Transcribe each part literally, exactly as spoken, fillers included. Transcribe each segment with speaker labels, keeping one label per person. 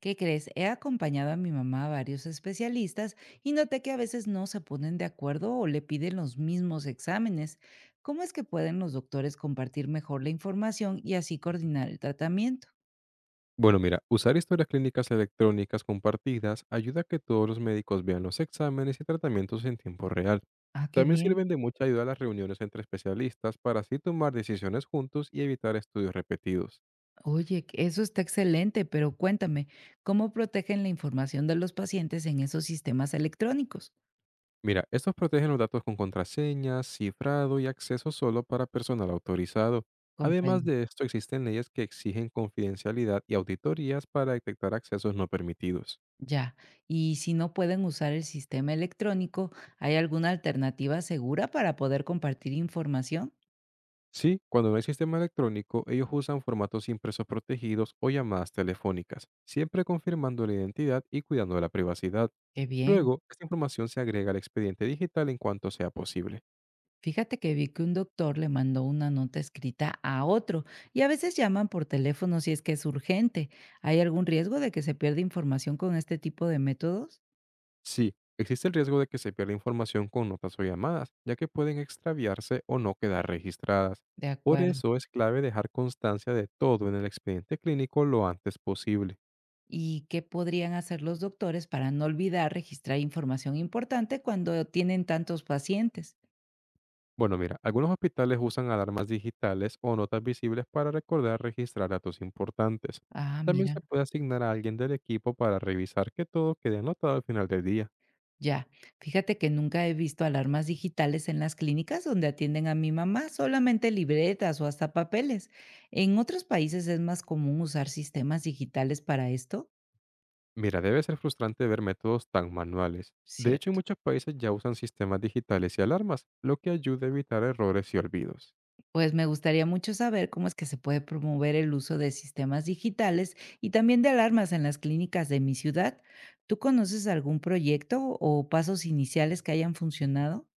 Speaker 1: ¿Qué crees? He acompañado a mi mamá a varios especialistas y noté que a veces no se ponen de acuerdo o le piden los mismos exámenes. ¿Cómo es que pueden los doctores compartir mejor la información y así coordinar el tratamiento?
Speaker 2: Bueno, mira, usar historias clínicas electrónicas compartidas ayuda a que todos los médicos vean los exámenes y tratamientos en tiempo real.
Speaker 1: Ah, qué
Speaker 2: También
Speaker 1: bien.
Speaker 2: sirven de mucha ayuda a las reuniones entre especialistas para así tomar decisiones juntos y evitar estudios repetidos.
Speaker 1: Oye, que eso está excelente, pero cuéntame, ¿cómo protegen la información de los pacientes en esos sistemas electrónicos?
Speaker 2: Mira, estos protegen los datos con contraseñas, cifrado y acceso solo para personal autorizado. Además
Speaker 1: Comprendo.
Speaker 2: de esto, existen leyes que exigen confidencialidad y auditorías para detectar accesos no permitidos.
Speaker 1: Ya. Y si no pueden usar el sistema electrónico, ¿hay alguna alternativa segura para poder compartir información?
Speaker 2: Sí, cuando no hay sistema electrónico, ellos usan formatos impresos protegidos o llamadas telefónicas, siempre confirmando la identidad y cuidando de la privacidad.
Speaker 1: Qué bien.
Speaker 2: Luego, esta información se agrega al expediente digital en cuanto sea posible.
Speaker 1: Fíjate que vi que un doctor le mandó una nota escrita a otro y a veces llaman por teléfono si es que es urgente. ¿Hay algún riesgo de que se pierda información con este tipo de métodos?
Speaker 2: Sí, existe el riesgo de que se pierda información con notas o llamadas, ya que pueden extraviarse o no quedar registradas.
Speaker 1: De
Speaker 2: Por
Speaker 1: acuerdo.
Speaker 2: eso es clave dejar constancia de todo en el expediente clínico lo antes posible.
Speaker 1: ¿Y qué podrían hacer los doctores para no olvidar registrar información importante cuando tienen tantos pacientes?
Speaker 2: Bueno, mira, algunos hospitales usan alarmas digitales o notas visibles para recordar registrar datos importantes.
Speaker 1: Ah,
Speaker 2: También
Speaker 1: mira.
Speaker 2: se puede asignar a alguien del equipo para revisar que todo quede anotado al final del día.
Speaker 1: Ya, fíjate que nunca he visto alarmas digitales en las clínicas donde atienden a mi mamá, solamente libretas o hasta papeles. En otros países es más común usar sistemas digitales para esto,
Speaker 2: Mira, debe ser frustrante ver métodos tan manuales. De hecho, en
Speaker 1: cierto.
Speaker 2: muchos países ya usan sistemas digitales y alarmas, lo que ayuda a evitar errores y olvidos.
Speaker 1: Pues me gustaría mucho saber cómo es que se puede promover el uso de sistemas digitales y también de alarmas en las clínicas de mi ciudad. ¿Tú conoces algún proyecto o pasos iniciales que hayan funcionado?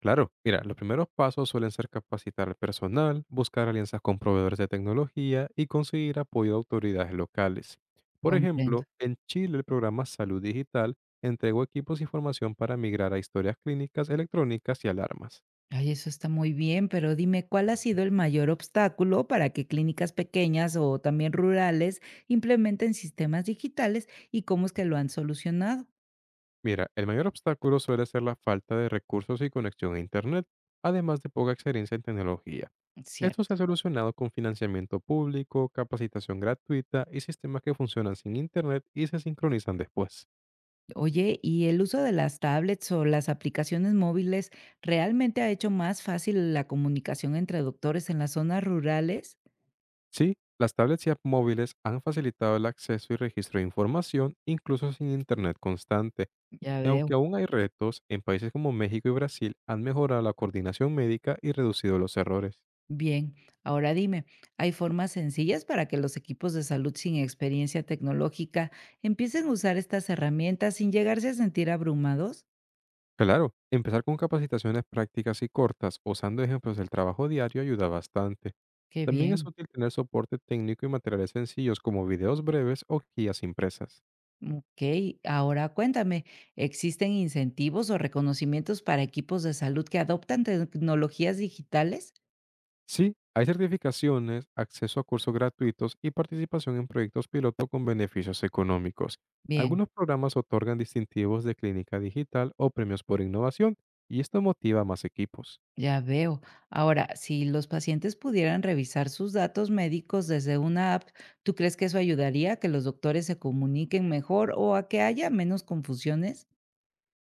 Speaker 2: Claro, mira, los primeros pasos suelen ser capacitar al personal, buscar alianzas con proveedores de tecnología y conseguir apoyo de autoridades locales. Por
Speaker 1: Comprendo.
Speaker 2: ejemplo, en Chile el programa Salud Digital entregó equipos y formación para migrar a historias clínicas electrónicas y alarmas.
Speaker 1: Ay, eso está muy bien, pero dime, ¿cuál ha sido el mayor obstáculo para que clínicas pequeñas o también rurales implementen sistemas digitales y cómo es que lo han solucionado?
Speaker 2: Mira, el mayor obstáculo suele ser la falta de recursos y conexión a Internet, además de poca experiencia en tecnología. Esto se
Speaker 1: Cierto.
Speaker 2: ha solucionado con financiamiento público, capacitación gratuita y sistemas que funcionan sin Internet y se sincronizan después.
Speaker 1: Oye, ¿y el uso de las tablets o las aplicaciones móviles realmente ha hecho más fácil la comunicación entre doctores en las zonas rurales?
Speaker 2: Sí, las tablets y app móviles han facilitado el acceso y registro de información, incluso sin internet constante.
Speaker 1: Ya
Speaker 2: Y aunque
Speaker 1: veo.
Speaker 2: aún hay retos, en países como México y Brasil han mejorado la coordinación médica y reducido los errores.
Speaker 1: Bien, ahora dime, ¿hay formas sencillas para que los equipos de salud sin experiencia tecnológica empiecen a usar estas herramientas sin llegarse a sentir abrumados?
Speaker 2: Claro, empezar con capacitaciones prácticas y cortas, usando ejemplos del trabajo diario, ayuda bastante.
Speaker 1: Qué
Speaker 2: También es
Speaker 1: bien.
Speaker 2: útil tener soporte técnico y materiales sencillos como videos breves o guías impresas.
Speaker 1: Ok, ahora cuéntame, ¿existen incentivos o reconocimientos para equipos de salud que adoptan tecnologías digitales?
Speaker 2: Sí, hay certificaciones, acceso a cursos gratuitos y participación en proyectos piloto con beneficios económicos.
Speaker 1: Bien.
Speaker 2: Algunos programas otorgan distintivos de clínica digital o premios por innovación, y esto motiva a más equipos.
Speaker 1: Ya veo. Ahora, si los pacientes pudieran revisar sus datos médicos desde una app, ¿tú crees que eso ayudaría a que los doctores se comuniquen mejor o a que haya menos confusiones?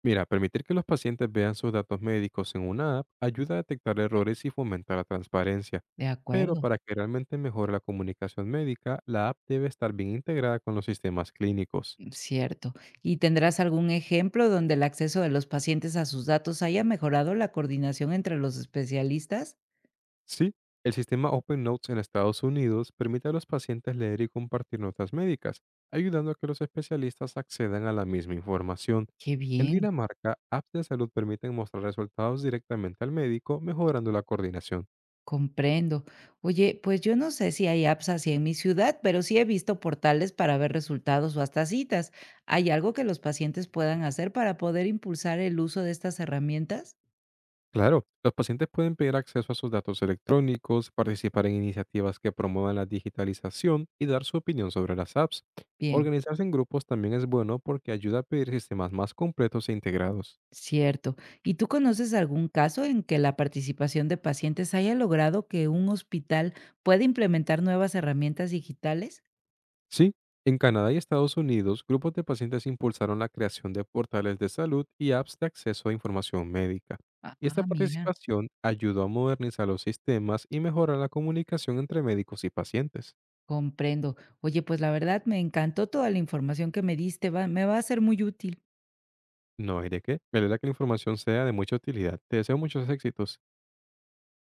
Speaker 2: Mira, permitir que los pacientes vean sus datos médicos en una app ayuda a detectar errores y fomenta la transparencia.
Speaker 1: De
Speaker 2: Pero
Speaker 1: acuerdo,
Speaker 2: para que realmente mejore la comunicación médica, la app debe estar bien integrada con los sistemas clínicos.
Speaker 1: cierto. ¿Y tendrás algún ejemplo donde el acceso de los pacientes a sus datos haya mejorado la coordinación entre los especialistas?
Speaker 2: Sí, el sistema Open Notes en Estados Unidos permite a los pacientes leer y compartir notas médicas, ayudando a que los especialistas accedan a la misma información.
Speaker 1: Qué
Speaker 2: En
Speaker 1: bien.
Speaker 2: Dinamarca, apps de salud permiten mostrar resultados directamente al médico, mejorando la coordinación.
Speaker 1: Comprendo. Oye, pues yo no sé si hay apps así en mi ciudad, pero sí he visto portales para ver resultados o hasta citas. ¿Hay algo que los pacientes puedan hacer para poder impulsar el uso de estas herramientas?
Speaker 2: Claro, los pacientes pueden pedir acceso a sus datos electrónicos, participar en iniciativas que promuevan la digitalización y dar su opinión sobre las apps.
Speaker 1: Bien,
Speaker 2: Organizarse en grupos también es bueno porque ayuda a pedir sistemas más completos e integrados.
Speaker 1: cierto. ¿Y tú conoces algún caso en que la participación de pacientes haya logrado que un hospital pueda implementar nuevas herramientas digitales?
Speaker 2: Sí, en Canadá y Estados Unidos, grupos de pacientes impulsaron la creación de portales de salud y apps de acceso a información médica. Y esta
Speaker 1: Ah, mira,
Speaker 2: participación ayudó a modernizar los sistemas y mejorar la comunicación entre médicos y pacientes.
Speaker 1: comprendo. Oye, pues la verdad me encantó toda la información que me diste, va- me va a ser muy útil.
Speaker 2: No hay de qué. Me alegra que la información sea de mucha utilidad. Te deseo muchos éxitos.